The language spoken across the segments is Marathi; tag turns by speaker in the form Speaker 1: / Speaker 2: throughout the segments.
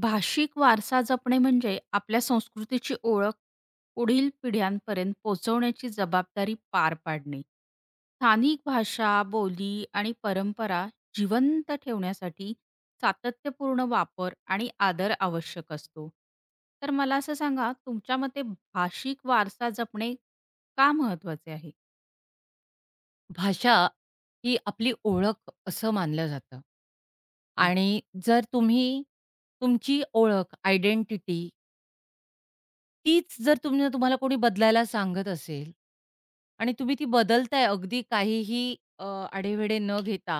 Speaker 1: भाषिक वारसा जपणे म्हणजे आपल्या संस्कृतीची ओळख पुढील पिढ्यांपर्यंत पोहोचवण्याची जबाबदारी पार पाडणे. स्थानिक भाषा, बोली आणि परंपरा जिवंत ठेवण्यासाठी सातत्यपूर्ण वापर आणि आदर आवश्यक असतो. तर मला असं सांगा, तुमच्या मते भाषिक वारसा जपणे का महत्त्वाचे आहे?
Speaker 2: भाषा ही आपली ओळख असं मानलं जातं
Speaker 1: हं,
Speaker 2: आणि जर तुम्ही तुमची ओळख, आयडेंटिटी तीच जर तुम्ही तुम्हाला कोणी बदलायला सांगत असेल आणि तुम्ही ती बदलताय अगदी काहीही अ, आढेवेढे न घेता,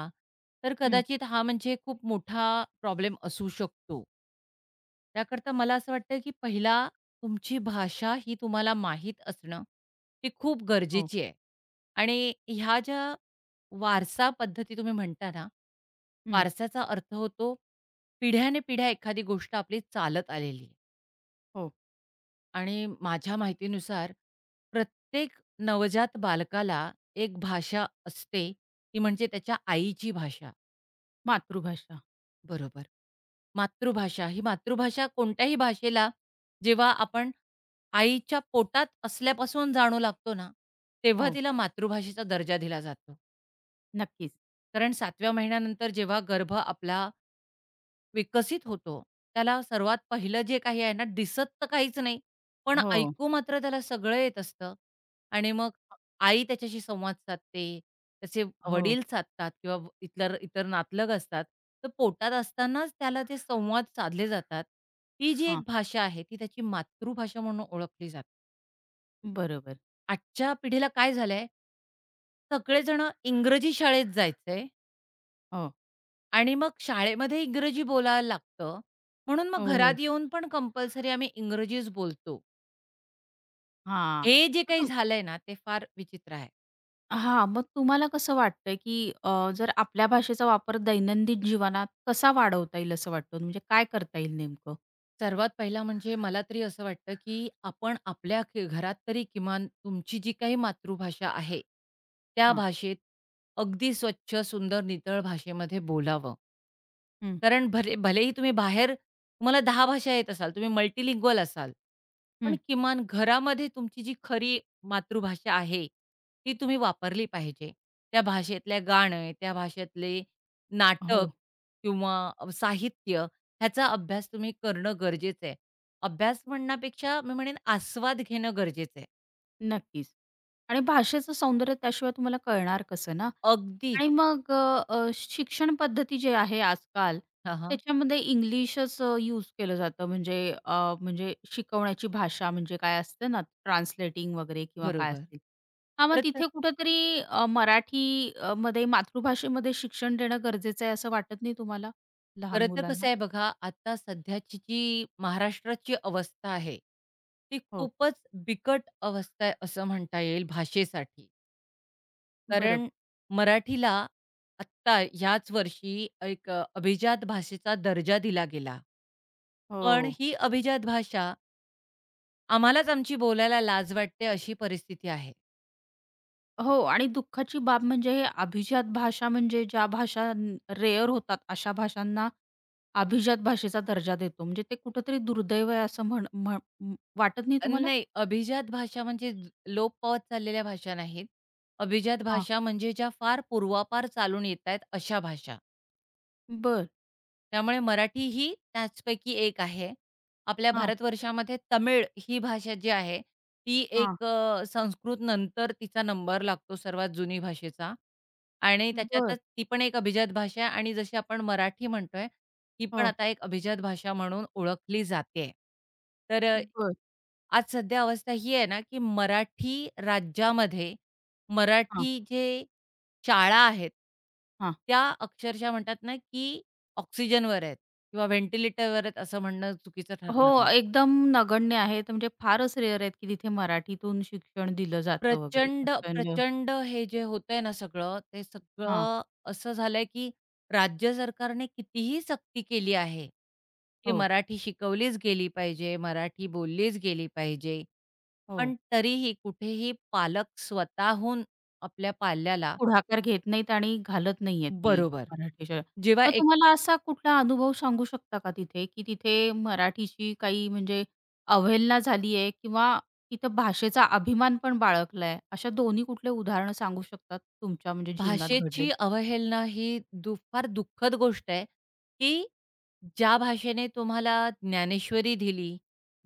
Speaker 2: तर
Speaker 1: हं.
Speaker 2: कदाचित हा म्हणजे खूप मोठा प्रॉब्लेम असू शकतो. त्याकरता मला असं वाटतं, की पहिला तुमची भाषा ही तुम्हाला माहीत असणं, ही खूप
Speaker 1: हो,
Speaker 2: गरजेची आहे. आणि ह्या ज्या वारसा पद्धती तुम्ही म्हणता ना,
Speaker 1: हं,
Speaker 2: वारसाचा अर्थ होतो पिढ्याने-पिढ्या एखादी गोष्ट आपली चालत आलेली.
Speaker 1: हो.
Speaker 2: आणि माझ्या माहितीनुसार प्रत्येक नवजात बालकाला एक भाषा असते, ती म्हणजे त्याच्या आईची भाषा.
Speaker 1: मातृभाषा.
Speaker 2: बरोबर. मातृभाषा, ही मातृभाषा कोणत्याही भाषेला जेव्हा आपण आईच्या पोटात असल्यापासून जाणू लागतो ना, तेव्हा
Speaker 1: हो,
Speaker 2: तिला मातृभाषेचा दर्जा दिला जातो.
Speaker 1: नक्कीच.
Speaker 2: कारण 7व्या महिन्यानंतर जेव्हा गर्भ आपला विकसित होतो. त्याला सर्वात पहिलं जे काही आहे ना, दिसत तर काहीच नाही, पण
Speaker 1: हो,
Speaker 2: ऐकू मात्र त्याला सगळं येत असतं. आणि मग आई त्याच्याशी संवाद साधते, त्याचे
Speaker 1: हो.
Speaker 2: वडील साधतात किंवा इतर इतर नातलग असतात. तर पोटात असतानाच त्याला ते संवाद साधले जातात. ती जी एक
Speaker 1: हां,
Speaker 2: भाषा आहे, ती त्याची मातृभाषा म्हणून ओळखली जाते.
Speaker 1: बरोबर.
Speaker 2: आजच्या पिढीला काय झालंय, सगळेजण इंग्रजी शाळेत जायचंय.
Speaker 1: हो.
Speaker 2: आणि मग शाळेमध्ये इंग्रजी बोलायला लागतं. म्हणून मग
Speaker 1: हो, हो.
Speaker 2: घरात येऊन पण कंपल्सरी आम्ही इंग्रजीच बोलतो.
Speaker 1: हां.
Speaker 2: हे जे
Speaker 1: मग
Speaker 2: काही
Speaker 1: तुम
Speaker 2: झालंय ना, ते फार विचित्र आहे.
Speaker 1: हां, मग तुम्हाला कसं वाटतंय, की जर आपल्या भाषेचा वापर दैनंदिन जीवनात कसा वाढवता येईल असं वाटतं? म्हणजे काय करता येईल नेमकं?
Speaker 2: सर्वात पहिला म्हणजे मला तरी असं वाटतं, की आपण आपल्या घरात तरी किमान तुमची जी काही मातृभाषा आहे, त्या
Speaker 1: हां.
Speaker 2: भाषेत अगदी स्वच्छ, सुंदर, नितळ भाषेमध्ये बोलावं.
Speaker 1: हं,
Speaker 2: कारण भले भलेही तुम्ही बाहेर तुम्हाला 10 भाषा येत असाल, तुम्ही मल्टिलिंग्वल असाल, पण
Speaker 1: हं.
Speaker 2: किमान घरामध्ये तुमची जी खरी मातृभाषा आहे, ती तुम्ही वापरली पाहिजे. त्या भाषेतल्या गाणं, त्या भाषेतले नाटक
Speaker 1: हो.
Speaker 2: किंवा साहित्य ह्याचा अभ्यास तुम्ही करणं गरजेचं आहे. अभ्यास म्हणण्यापेक्षा मी म्हणेन आस्वाद घेणं गरजेचं आहे.
Speaker 1: नक्कीच. आणि भाषेचं सौंदर्य त्याशिवाय तुम्हाला कळणार कसं ना?
Speaker 2: अगदीच.
Speaker 1: आणि मग अ, अ, शिक्षण पद्धती जे आहे आजकाल,
Speaker 2: हां, हां.
Speaker 1: त्याच्यामध्ये इंग्लिशच यूज केलं जातं. म्हणजे शिकवण्याची भाषा म्हणजे काय असते ना, ट्रान्सलेटिंग वगैरे किंवा काय
Speaker 2: बरोबर.
Speaker 1: असतील. हां, मग
Speaker 2: खरं तर
Speaker 1: तिथे कुठेतरी मराठी मध्ये मातृभाषेमध्ये शिक्षण देणं गरजेचं आहे असं वाटत नाही तुम्हाला? लहान
Speaker 2: खरं तर कसं
Speaker 1: मुलांना?
Speaker 2: आहे बघा, आता सध्याची जी महाराष्ट्राची अवस्था आहे, ती
Speaker 1: हो,
Speaker 2: खूपच बिकट अवस्था आहे असं म्हणता येईल भाषेसाठी.
Speaker 1: बरोबर.
Speaker 2: कारण मराठीला आत्ता ह्याच वर्षी एक अभिजात भाषेचा दर्जा दिला गेला. पण
Speaker 1: हो.
Speaker 2: ही अभिजात भाषा आम्हालाच आमची बोलायला लाज वाटते अशी परिस्थिती आहे.
Speaker 1: हो आणि दुःखाची बाब म्हणजे अभिजात भाषा म्हणजे ज्या भाषा रेअर होतात अशा भाषांना अभिजात भाषेचा दर्जा देतो. म्हणजे ते कुठेतरी दुर्दैव आहे असं म्हण म्ह वाटत नाही तुम्हाला?
Speaker 2: नाही, अभिजात भाषा म्हणजे लोप पावत चाललेल्या भाषा नाहीत. अभिजात
Speaker 1: हां.
Speaker 2: भाषा म्हणजे ज्या फार पूर्वापार चालून येतायत अशा भाषा.
Speaker 1: बरं.
Speaker 2: त्यामुळे मराठी ही त्याचपैकी एक आहे. आपल्या
Speaker 1: हां,
Speaker 2: भारतवर्षामध्ये तमिळ ही भाषा जी आहे, ती
Speaker 1: हां.
Speaker 2: एक संस्कृत नंतर तिचा नंबर लागतो सर्वात जुनी भाषेचा आणि
Speaker 1: बरं.
Speaker 2: त्याच्यातच ती पण एक अभिजात भाषा आहे आणि जशी आपण मराठी म्हणतोय, ती पण
Speaker 1: हो.
Speaker 2: आता एक अभिजात भाषा म्हणून ओळखली जाते. तर अ,
Speaker 1: बरं.
Speaker 2: आज सध्या अवस्था ही आहे ना, की मराठी राज्यामध्ये
Speaker 1: हां,
Speaker 2: मराठी जे शाळा आहेत,
Speaker 1: हां.
Speaker 2: त्या अक्षरशः म्हणतात ना, की ऑक्सिजनवर आहेत किंवा व्हेंटिलेटरवर आहेत असं म्हणणं चुकीचं
Speaker 1: हो,
Speaker 2: ठरणार नाही.
Speaker 1: एकदम नगण्य आहेत. म्हणजे फारच रेअर आहेत की तिथे मराठीतून शिक्षण दिलं जातं वगैरे.
Speaker 2: प्रचंड,
Speaker 1: असं
Speaker 2: प्रचंड हे जे होतंय ना सगळं, ते
Speaker 1: हां.
Speaker 2: सगळं असं झालंय, की राज्य सरकारने कितीही सक्ती केली आहे, की
Speaker 1: हो,
Speaker 2: मराठी शिकवलीच गेली पाहिजे, मराठी बोललीच गेली पाहिजे.
Speaker 1: हो.
Speaker 2: पण तरीही कुठेही पालक स्वतःहून आपल्या पाल्याला
Speaker 1: पुढाकार घेत नाहीत आणि घालत नाहीयेत ते
Speaker 2: बरोबर.
Speaker 1: मराठी शाळेत.
Speaker 2: जेव्हा
Speaker 1: मग तुम्हाला असा कुठला अनुभव सांगू शकता का तिथे, की तिथे मराठीची काही म्हणजे अवहेलना झाली आहे किंवा तिथं भाषेचा अभिमान पण बाळगलाय? अशा दोन्ही कुठले उदाहरणं सांगू शकतात तुमच्या म्हणजे जीवनात घडले?
Speaker 2: भाषेची अवहेलना ही फार दुःखद गोष्ट आहे, की ज्या भाषेने तुम्हाला ज्ञानेश्वरी दिली,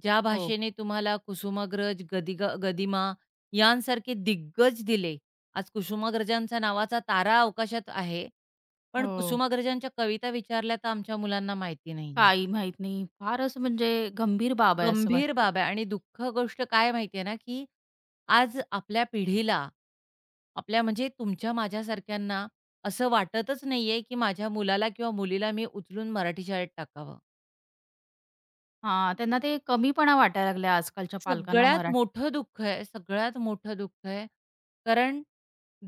Speaker 2: ज्या
Speaker 1: हो,
Speaker 2: भाषेने तुम्हाला कुसुमाग्रज, गदिमा यांसारखे दिग्गज दिले. आज कुसुमाग्रजांचा नावाचा तारा अवकाशात आहे, पण
Speaker 1: हो.
Speaker 2: कुसुमाग्रजांच्या कविता विचारल्या तर आमच्या मुलांना माहिती नाहीये.
Speaker 1: काही माहीत नाही. फारच म्हणजे गंभीर बाब आहे असं
Speaker 2: गंभीर
Speaker 1: वाटतं
Speaker 2: बाब
Speaker 1: ते.
Speaker 2: आहे आणि दुःख गोष्ट काय माहिती आहे ना, की आज आपल्या पिढीला, आपल्या म्हणजे तुमच्या माझ्यासारख्यांना असं वाटतच नाहीये, की माझ्या मुलाला किंवा मुलीला मी उचलून मराठी शाळेत टाकावं.
Speaker 1: हां, त्यांना ते कमीपणा वाटायला लागलाय आजकालच्या पालकांना
Speaker 2: सगळ्यात
Speaker 1: मराठी
Speaker 2: मोठं दुःख आहे, सगळ्यात मोठं दुःख आहे. कारण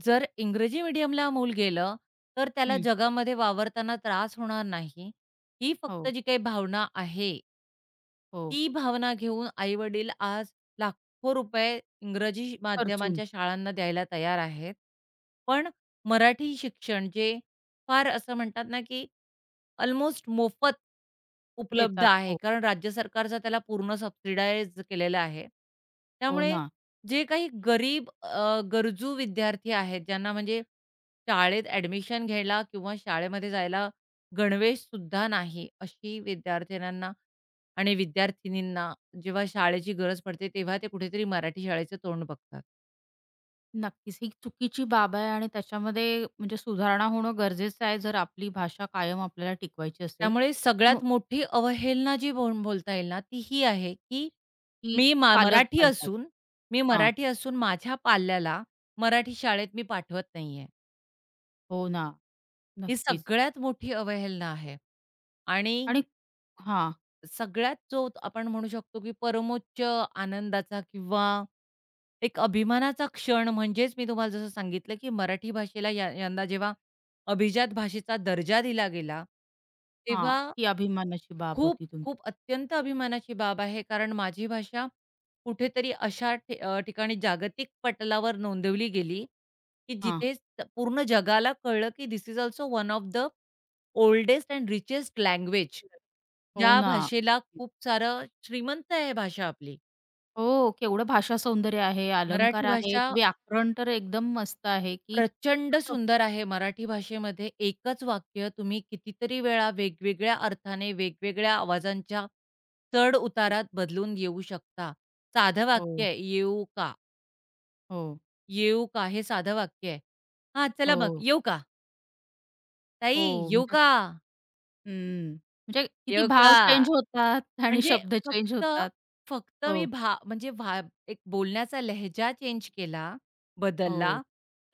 Speaker 2: जर इंग्रजी मीडियमला मूल गेलं, तर त्याला
Speaker 1: हं.
Speaker 2: जगामध्ये वावरताना त्रास होणार नाही. ही फक्त
Speaker 1: हो,
Speaker 2: जी काही भावना आहे
Speaker 1: हो.
Speaker 2: ती भावना घेऊन आई-वडील आज लाखो रुपये इंग्रजी
Speaker 1: खर्चून
Speaker 2: माध्यमांच्या शाळांना द्यायला तयार आहेत. पण मराठी शिक्षण जे फार असं म्हणतात ना, की ऑलमोस्ट मोफत उपलब्ध
Speaker 1: देतात.
Speaker 2: आहे.
Speaker 1: हो,
Speaker 2: कारण राज्य सरकारचा त्याला पूर्ण सबसिडाइज केलेलं आहे.
Speaker 1: हो
Speaker 2: त्यामुळे
Speaker 1: ना.
Speaker 2: जे काही गरीब गरजू विद्यार्थी आहेत, ज्यांना म्हणजे शाळेत ॲडमिशन घ्यायला किंवा शाळेमध्ये जायला गणवेशसुद्धा नाही, अशी विद्यार्थिन्यांना आणि विद्यार्थिनींना जेव्हा शाळेची गरज पडते, तेव्हा ते कुठेतरी मराठी शाळेचं तोंड बघतात.
Speaker 1: नक्कीच. ही चुकीची बाब आहे आणि त्याच्यामध्ये म्हणजे सुधारणा होणं गरजेचं आहे, जर आपली भाषा कायम आपल्याला टिकवायची असेल.
Speaker 2: त्यामुळे
Speaker 1: मग
Speaker 2: सगळ्यात मोठी अवहेलना जी बोलता येईल ना, ती ही आहे, की
Speaker 1: ती
Speaker 2: मी मा
Speaker 1: पालक
Speaker 2: मराठी
Speaker 1: घालतात.
Speaker 2: असून मी
Speaker 1: हां.
Speaker 2: मराठी असून माझ्या पाल्याला मराठी शाळेत मी पाठवत नाहीये.
Speaker 1: हो ना.
Speaker 2: ही
Speaker 1: नक्कीच.
Speaker 2: सगळ्यात मोठी अवहेलना आहे आणि
Speaker 1: आणि हां,
Speaker 2: सगळ्यात जो आपण म्हणू शकतो, की परमोच्च आनंदाचा किंवा एक अभिमानाचा क्षण म्हणजेच मी तुम्हाला जसं सांगितलं, की मराठी भाषेला यंदा जेव्हा अभिजात भाषेचा दर्जा दिला गेला,
Speaker 1: हां.
Speaker 2: तेव्हा
Speaker 1: ही अभिमानाची बाब
Speaker 2: खूप,
Speaker 1: होती तुमची.
Speaker 2: खूप अत्यंत अभिमानाची बाब आहे. कारण माझी भाषा कुठेतरी अशा ठिकाणी जागतिक पटलावर नोंदवली गेली, की
Speaker 1: हां.
Speaker 2: जिथे स पूर्ण जगाला कळलं, की this is also one of the oldest and richest language.
Speaker 1: हो
Speaker 2: ज्या
Speaker 1: ना.
Speaker 2: भाषेला खूप सारं श्रीमंत आहे भाषा आपली.
Speaker 1: हो. केवढं भाषा सौंदर्य आहे, अलंकार
Speaker 2: मराठी
Speaker 1: आहेत,
Speaker 2: भाषा
Speaker 1: व्याकरण तर एकदम मस्त आहे, की
Speaker 2: प्रचंड
Speaker 1: असं
Speaker 2: सुंदर आहे. मराठी भाषेमध्ये एकच वाक्य तुम्ही कितीतरी वेळा वेगवेगळ्या अर्थाने, वेगवेगळ्या आवाजांच्या चढ-उतारात बदलून येऊ शकता. साधं वाक्य
Speaker 1: हो,
Speaker 2: आहे, "येऊ का?
Speaker 1: हो,
Speaker 2: येऊ का?" हे साधं वाक्य आहे. "हां, चला मग
Speaker 1: हो,
Speaker 2: येऊ का? ताई
Speaker 1: हो.
Speaker 2: येऊ का?
Speaker 1: हम्म. म्हणजे किती
Speaker 2: येऊ का?"
Speaker 1: भाव चेंज होतात आणि
Speaker 2: म्हणजे
Speaker 1: शब्द चेंज
Speaker 2: फक्त
Speaker 1: होतात.
Speaker 2: फक्त मी
Speaker 1: हो,
Speaker 2: भा म्हणजे भा एक बोलण्याचा लहजा चेंज केला, बदलला,
Speaker 1: हो,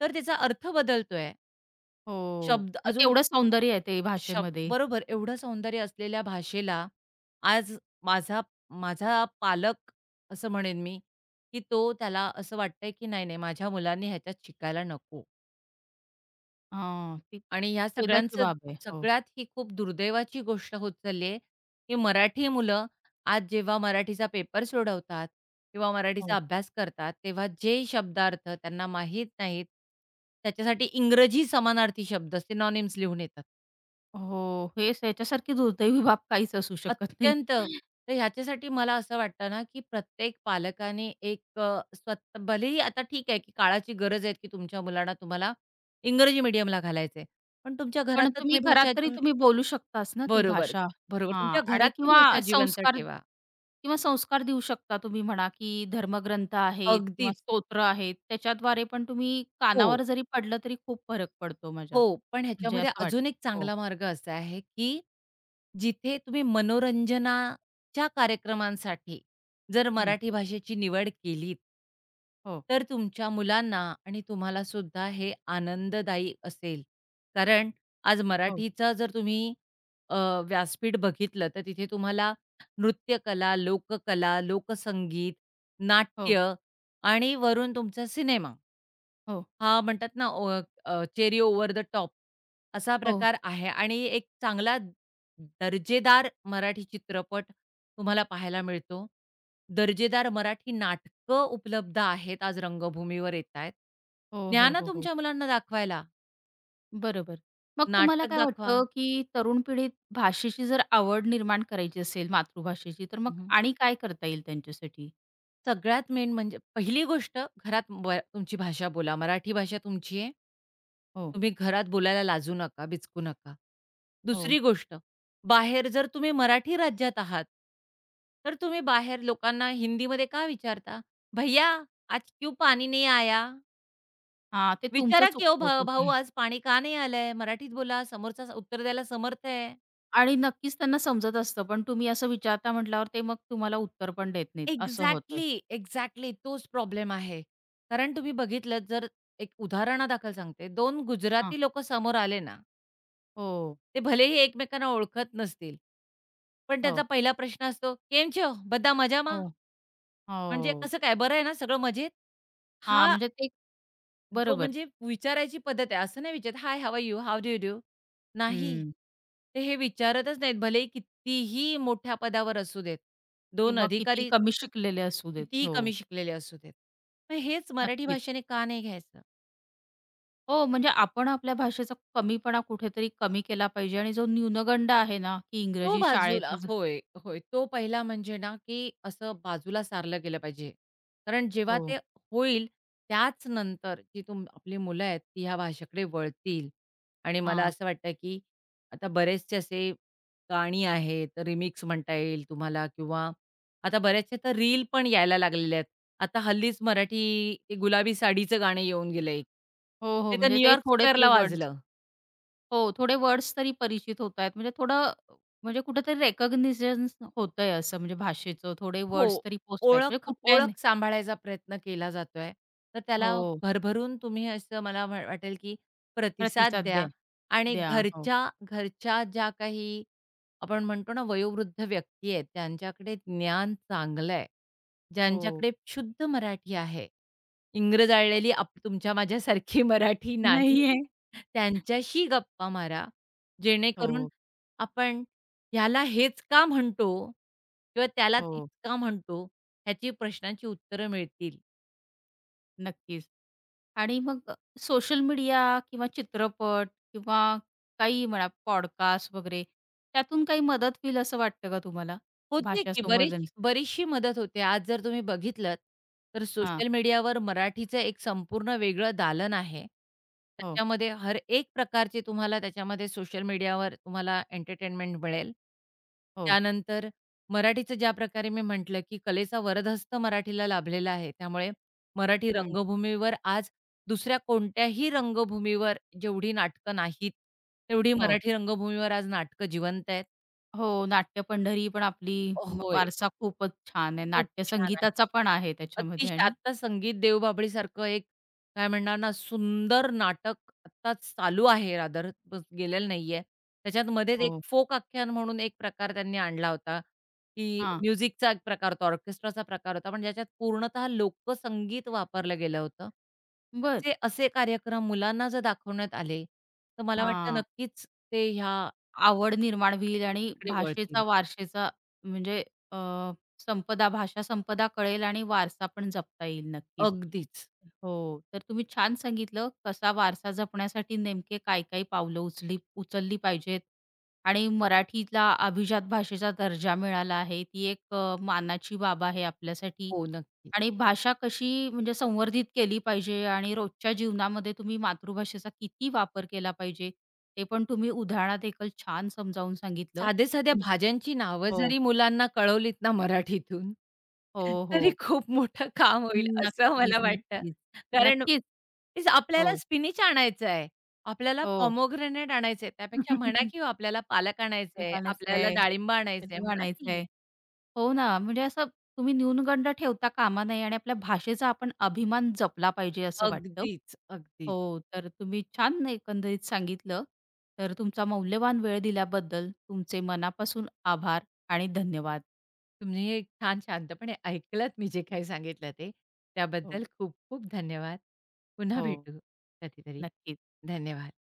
Speaker 2: तर त्याचा अर्थ बदलतोय.
Speaker 1: हो.
Speaker 2: शब्द
Speaker 1: म्हणजे
Speaker 2: अजून
Speaker 1: केवढं सौंदर्य आहे ते
Speaker 2: शब
Speaker 1: भाषेमध्ये.
Speaker 2: बरोबर. एवढं सौंदर्य असलेल्या भाषेला आज माझा माझा पालक असं म्हणेन मी, की तो त्याला असं वाटतंय, की नाही, नाही माझ्या मुलांनी ह्याच्यात शिकायला नको.
Speaker 1: हां, ती
Speaker 2: आणि ह्या
Speaker 1: खेदाची
Speaker 2: सगळ्यांचं
Speaker 1: बाब आहे. हो,
Speaker 2: सगळ्यात ही खूप दुर्दैवाची गोष्ट होत चालली आहे, की मराठी मुलं आज जेव्हा मराठीचा पेपर सोडवतात किंवा मराठीचा
Speaker 1: हो.
Speaker 2: अभ्यास करतात, तेव्हा जे शब्दार्थ त्यांना माहीत नाहीत, त्याच्यासाठी इंग्रजी समानार्थी शब्द सिनॉनिम्स लिहून येतात.
Speaker 1: हो, हेच ह्याच्यासारखी दुर्दैवी बाब काहीच असू शकत नाही.
Speaker 2: अत्यंत. तर ह्याच्यासाठी मला असं वाटतं ना, की प्रत्येक पालकाने स्वतः भलेही आता ठीक आहे, की काळाची गरज आहे, की तुमच्या मुलांना तुम्हाला इंग्रजी मीडियमला घालायचं पण तुमच्या घरात
Speaker 1: पण
Speaker 2: तर
Speaker 1: तुम्ही
Speaker 2: तुम्ही
Speaker 1: घरात तरी तुम्ही बोलू शकताच ना ती
Speaker 2: बरोबर,
Speaker 1: भाषा.
Speaker 2: बरोबर.
Speaker 1: हां
Speaker 2: तुमच्या
Speaker 1: आणि
Speaker 2: घरात ती
Speaker 1: किंवा
Speaker 2: भाषा जिवंत
Speaker 1: संस्कार
Speaker 2: ठेवा.
Speaker 1: किंवा संस्कार देऊ शकता तुम्ही म्हणा, की धर्मग्रंथ आहेत किंवा
Speaker 2: अगदीच.
Speaker 1: स्तोत्र आहेत त्याच्याद्वारे पण तुम्ही
Speaker 2: हो.
Speaker 1: कानावर जरी पडलं तरी खूप फरक पडतो माझ्या
Speaker 2: हो, पण
Speaker 1: म्हणजे
Speaker 2: ह्याच्यामध्ये
Speaker 1: असं वाटतं.
Speaker 2: अजून एक
Speaker 1: हो.
Speaker 2: चांगला मार्ग असा आहे, की जिथे तुम्ही मनोरंजनाच्या कार्यक्रमांसाठी जर
Speaker 1: हं.
Speaker 2: मराठी भाषेची निवड केलीत,
Speaker 1: हो,
Speaker 2: तर तुमच्या मुलांना आणि तुम्हाला सुद्धा हे आनंददायी असेल. कारण आज
Speaker 1: हो,
Speaker 2: मराठीचा जर तुम्ही अ, व्यासपीठ बघितलं, तर तिथे तुम्हाला नृत्यकला, लोककला, लोकसंगीत,
Speaker 1: हो,
Speaker 2: नाट्य आणि वरून तुमचा सिनेमा.
Speaker 1: हो,
Speaker 2: हां, म्हणतात ना चेरी ओव्हर द टॉप असा
Speaker 1: हो.
Speaker 2: प्रकार आहे आणि एक चांगला दर्जेदार मराठी चित्रपट तुम्हाला पाहायला मिळतो. दर्जेदार मराठी नाटकं उपलब्ध आहेत, आज रंगभूमीवर येतायत.
Speaker 1: हो,
Speaker 2: न्या
Speaker 1: हो,
Speaker 2: ना
Speaker 1: हो, हो.
Speaker 2: तुमच्या मुलांना दाखवायला.
Speaker 1: बरोबर. मग तुम्हाला
Speaker 2: नाटक
Speaker 1: काय
Speaker 2: दाखवा.
Speaker 1: वाटतं, की तरुण पिढीत भाषेची जर आवड निर्माण करायची असेल मातृभाषेची, तर मग आणि काय करता येईल त्यांच्यासाठी?
Speaker 2: सगळ्यात मेन म्हणजे पहिली गोष्ट घरात तुमची भाषा बोला. मराठी भाषा तुमची आहे.
Speaker 1: हो,
Speaker 2: तुम्ही घरात बोलायला लाजू नका, बिचकू नका.
Speaker 1: हो.
Speaker 2: दुसरी गोष्ट, बाहेर जर तुम्ही मराठी राज्यात आहात, तर तुम्ही बाहेर लोकांना हिंदीमध्ये का विचारता? "भैय्या आज क्यों पानी नहीं आया?"
Speaker 1: हां, ते तुमचं
Speaker 2: विचारा की "ओ
Speaker 1: चुकतं
Speaker 2: भाऊ
Speaker 1: कुठे?
Speaker 2: आज पाणी का नाही आलंय?" मराठीत बोला. समोरचा उत्तर द्यायला समर्थ आहे.
Speaker 1: आणि नक्कीच त्यांना समजत असतं, पण तुम्ही असं विचारता म्हटल्यावर ते मग तुम्हाला उत्तर पण देत नाहीत, असं होतंय.
Speaker 2: एक्झॅक्टली, एक्झॅक्टली तोच प्रॉब्लेम आहे. कारण तुम्ही बघितलं जर एक उदाहरणादाखल सांगते, दोन
Speaker 1: हां.
Speaker 2: गुजराती लोकं समोर आले ना,
Speaker 1: हो,
Speaker 2: ते भलेही एकमेकांना ओळखत नसतील. पण त्याचा
Speaker 1: हो,
Speaker 2: पहिला प्रश्न असतो, "केम छो? બધા મજામાં?"
Speaker 1: हो,
Speaker 2: म्हणजे
Speaker 1: हो.
Speaker 2: कसं काय, "बरं आहे ना? सगळं मजेत?"
Speaker 1: हां,
Speaker 2: हा
Speaker 1: म्हणजे ते
Speaker 2: जो
Speaker 1: बरोबर.
Speaker 2: म्हणजे विचारायची पद्धत आहे. असं नाही विचारत, "hi, how you? How do you do?" नाही.
Speaker 1: हं.
Speaker 2: ते हे विचारतच नाहीत. भलेही कितीही मोठ्या पदावर असू देत. दोन
Speaker 1: किंवा किती
Speaker 2: अधिकारी
Speaker 1: कमी शिकलेले असू देत.
Speaker 2: कितीही
Speaker 1: हो.
Speaker 2: कमी शिकलेले असू देत. मग हेच मराठी
Speaker 1: नक्कीच.
Speaker 2: भाषेने का नाही घ्यायचं?
Speaker 1: हो, म्हणजे आपण आपल्या भाषेचा कमीपणा कुठेतरी कमी केला पाहिजे आणि जो न्यूनगंड आहे ना, की
Speaker 2: तो
Speaker 1: इंग्रजी
Speaker 2: बाजूला
Speaker 1: शाळेतच
Speaker 2: होय, होय. तो पहिला म्हणजे ना, की असं बाजूला सारलं गेलं पाहिजे. कारण जेव्हा ते
Speaker 1: हो.
Speaker 2: होईल, त्याच नंतर जी आपली मुलं आहेत, ती ह्या भाषेकडे वळतील आणि मला
Speaker 1: हां.
Speaker 2: असं वाटतं, की आता बरेचसे असे गाणी आहेत, रिमिक्स म्हणता येईल तुम्हाला किंवा आता बऱ्याचशा तर रील पण यायला लागलेल्या आहेत. आता हल्लीच मराठी ते गुलाबी साडीचं गाणं येऊन गेलं
Speaker 1: हो, हो.
Speaker 2: ते तर
Speaker 1: म्हणजे ते
Speaker 2: न्यूयॉर्क
Speaker 1: थोडे तरी
Speaker 2: स्क्वेअरला
Speaker 1: वर्ड्स
Speaker 2: वाजलं.
Speaker 1: हो, थोडे वर्ड्स तरी परिचित होत आहेत. म्हणजे थोडं म्हणजे कुठेतरी रिकॉग्निशन होतंय असं म्हणजे भाषेचं. थोडे
Speaker 2: हो.
Speaker 1: वर्ड्स तरी पोहोचतायत. म्हणजे
Speaker 2: ओळख
Speaker 1: कुठल्याही नाही
Speaker 2: ओळख सांभाळायचा प्रयत्न केला जातोय. तर त्याला
Speaker 1: हो,
Speaker 2: भरभरून तुम्ही असं मला वाटेल, की प्रतिसाद
Speaker 1: प्रतिसाद द्या.
Speaker 2: द्या आणि
Speaker 1: द्या. हो,
Speaker 2: घरच्या घरच्या ज्या काही आपण म्हणतो ना, वयोवृद्ध व्यक्ती आहेत, त्यांच्याकडे ज्ञान चांगलं आहे,
Speaker 1: हो,
Speaker 2: ज्यांच्याकडे शुद्ध मराठी आहे. इंग्रज
Speaker 1: हो.
Speaker 2: आळलेली आप तुमच्या माझ्यासारखी मराठी
Speaker 1: नाहीये.
Speaker 2: नाही. त्यांच्याशी गप्पा मारा, जेणेकरून
Speaker 1: हो,
Speaker 2: आपण ह्याला हेच का म्हणतो? किंवा त्याला तेच
Speaker 1: हो.
Speaker 2: का म्हणतो? ह्याची प्रश्नांची उत्तरं मिळतील.
Speaker 1: नक्कीच. आणि मग सोशल मीडिया किंवा चित्रपट किंवा काही म्हणा पॉडकास्ट वगैरे त्यातून काही मदत होईल असं वाटतं का तुम्हाला?
Speaker 2: होते
Speaker 1: भाषा
Speaker 2: की
Speaker 1: संवर्धन?
Speaker 2: बरीचशी मदत होते. आज जर तुम्ही बघितलत, तर
Speaker 1: हां.
Speaker 2: सोशल मीडियावर मराठीचं एक संपूर्ण वेगळं दालन आहे.
Speaker 1: हो,
Speaker 2: त्याच्यामध्ये हर एक प्रकारचे तुम्हाला त्याच्यामध्ये सोशल मीडियावर तुम्हाला एंटरटेनमेंट मिळेल.
Speaker 1: हो.
Speaker 2: त्यानंतर मराठीचं ज्या प्रकारे मी म्हटलं, की कलेचा वरदहस्त मराठीला लाभलेला आहे. त्यामुळे मराठी
Speaker 1: हं.
Speaker 2: रंगभूमीवर आज दुसऱ्या कोणत्याही रंगभूमीवर जेवढी नाटकं नाहीत, तेवढी
Speaker 1: हो.
Speaker 2: मराठी रंगभूमीवर आज नाटकं जिवंत आहेत.
Speaker 1: हो, नाट्य पंढरी पण आपली
Speaker 2: होय.
Speaker 1: वारसा खूपच छान आहे.
Speaker 2: खूप
Speaker 1: नाट्य
Speaker 2: छान आहे.
Speaker 1: संगीताचा पण आहे त्याच्यामध्ये
Speaker 2: अतिशय
Speaker 1: आणि
Speaker 2: आत्ता संगीत देवबाभळीसारखं एक काय म्हणणार ना, सुंदर नाटक आत्ताच चालू आहे रादर बस गेलेलं नाहीये. त्याच्यात मध्येच एक
Speaker 1: हो.
Speaker 2: फोक आख्यान म्हणून एक प्रकार त्यांनी आणला होता, की
Speaker 1: हां.
Speaker 2: म्युझिकचा एक प्रकार होता, ऑर्केस्ट्राचा प्रकार होता, पण ज्याच्यात पूर्णतः लोकसंगीत वापरलं गेलं होतं.
Speaker 1: बरं.
Speaker 2: असे असे कार्यक्रम मुलांना जर दाखवण्यात आले, तर मला वाटतं
Speaker 1: हां.
Speaker 2: नक्कीच ते ह्या
Speaker 1: आवड निर्माण होईल आणि
Speaker 2: गोष्टीकडे वळतील.
Speaker 1: भाषेचा वारशेचा म्हणजे अ, भाषा संपदा कळेल आणि वारसा पण जपता येईल नक्कीच.
Speaker 2: अगदीच.
Speaker 1: हो, तर तुम्ही छान सांगितलं कसा वारसा जपण्यासाठी नेमके काय-काय पावलं उचलली पाहिजेत आणि मराठीला अभिजात भाषेचा दर्जा मिळाला आहे. ती एक मानाची बाब आहे आपल्यासाठी
Speaker 2: हो, नक्की.
Speaker 1: आणि भाषा कशी म्हणजे संवर्धित केली पाहिजे आणि रोजच्या जीवनामध्ये तुम्ही मातृभाषेचा किती वापर केला पाहिजे, ते पण तुम्ही उदाहरणात एकल छान समजावून सांगितलं.
Speaker 2: साध्या-साध्या
Speaker 1: हं,
Speaker 2: भाज्यांची नावं
Speaker 1: हो.
Speaker 2: जरी मुलांना कळवलीत ना मराठीतून,
Speaker 1: हो, हो.
Speaker 2: तरी खूप मोठं काम होईल असं मला
Speaker 1: नक्कीच,
Speaker 2: वाटतं.
Speaker 1: नक्कीच.
Speaker 2: कारण
Speaker 1: नक्कीच.
Speaker 2: तेच
Speaker 1: हो,
Speaker 2: आपल्याला स्पिनच आणायचं आहे, आपल्याला
Speaker 1: हो.
Speaker 2: पोमोग्रेनेट आणायचंय, त्यापेक्षा म्हणा की हो आपल्याला पालक
Speaker 1: ते
Speaker 2: आणायचंय, आपल्याला
Speaker 1: म्हणायचंय,
Speaker 2: डाळिंब आणायचंय
Speaker 1: ते
Speaker 2: म्हणा की
Speaker 1: म्हणायचंय. हो ना, म्हणजे असं तुम्ही न्यूनगंड ठेवता कामा नये आणि आपल्या भाषेचा आपण अभिमान जपला पाहिजे असं वाटतं.
Speaker 2: अगदीच, अगदीच.
Speaker 1: हो, तर तुम्ही छान एकंदरीत सांगितलं. तर तुमचा मौल्यवान वेळ दिल्याबद्दल तुमचे मनापासून आभार आणि धन्यवाद.
Speaker 2: तुम्ही हे छान शांतपणे ऐकलत मी जे काही सांगितलं ते. त्याबद्दल
Speaker 1: हो,
Speaker 2: खूप खूप धन्यवाद. पुन्हा
Speaker 1: हो.
Speaker 2: भेटू कधीतरी.
Speaker 1: नक्कीच.
Speaker 2: धन्यवाद.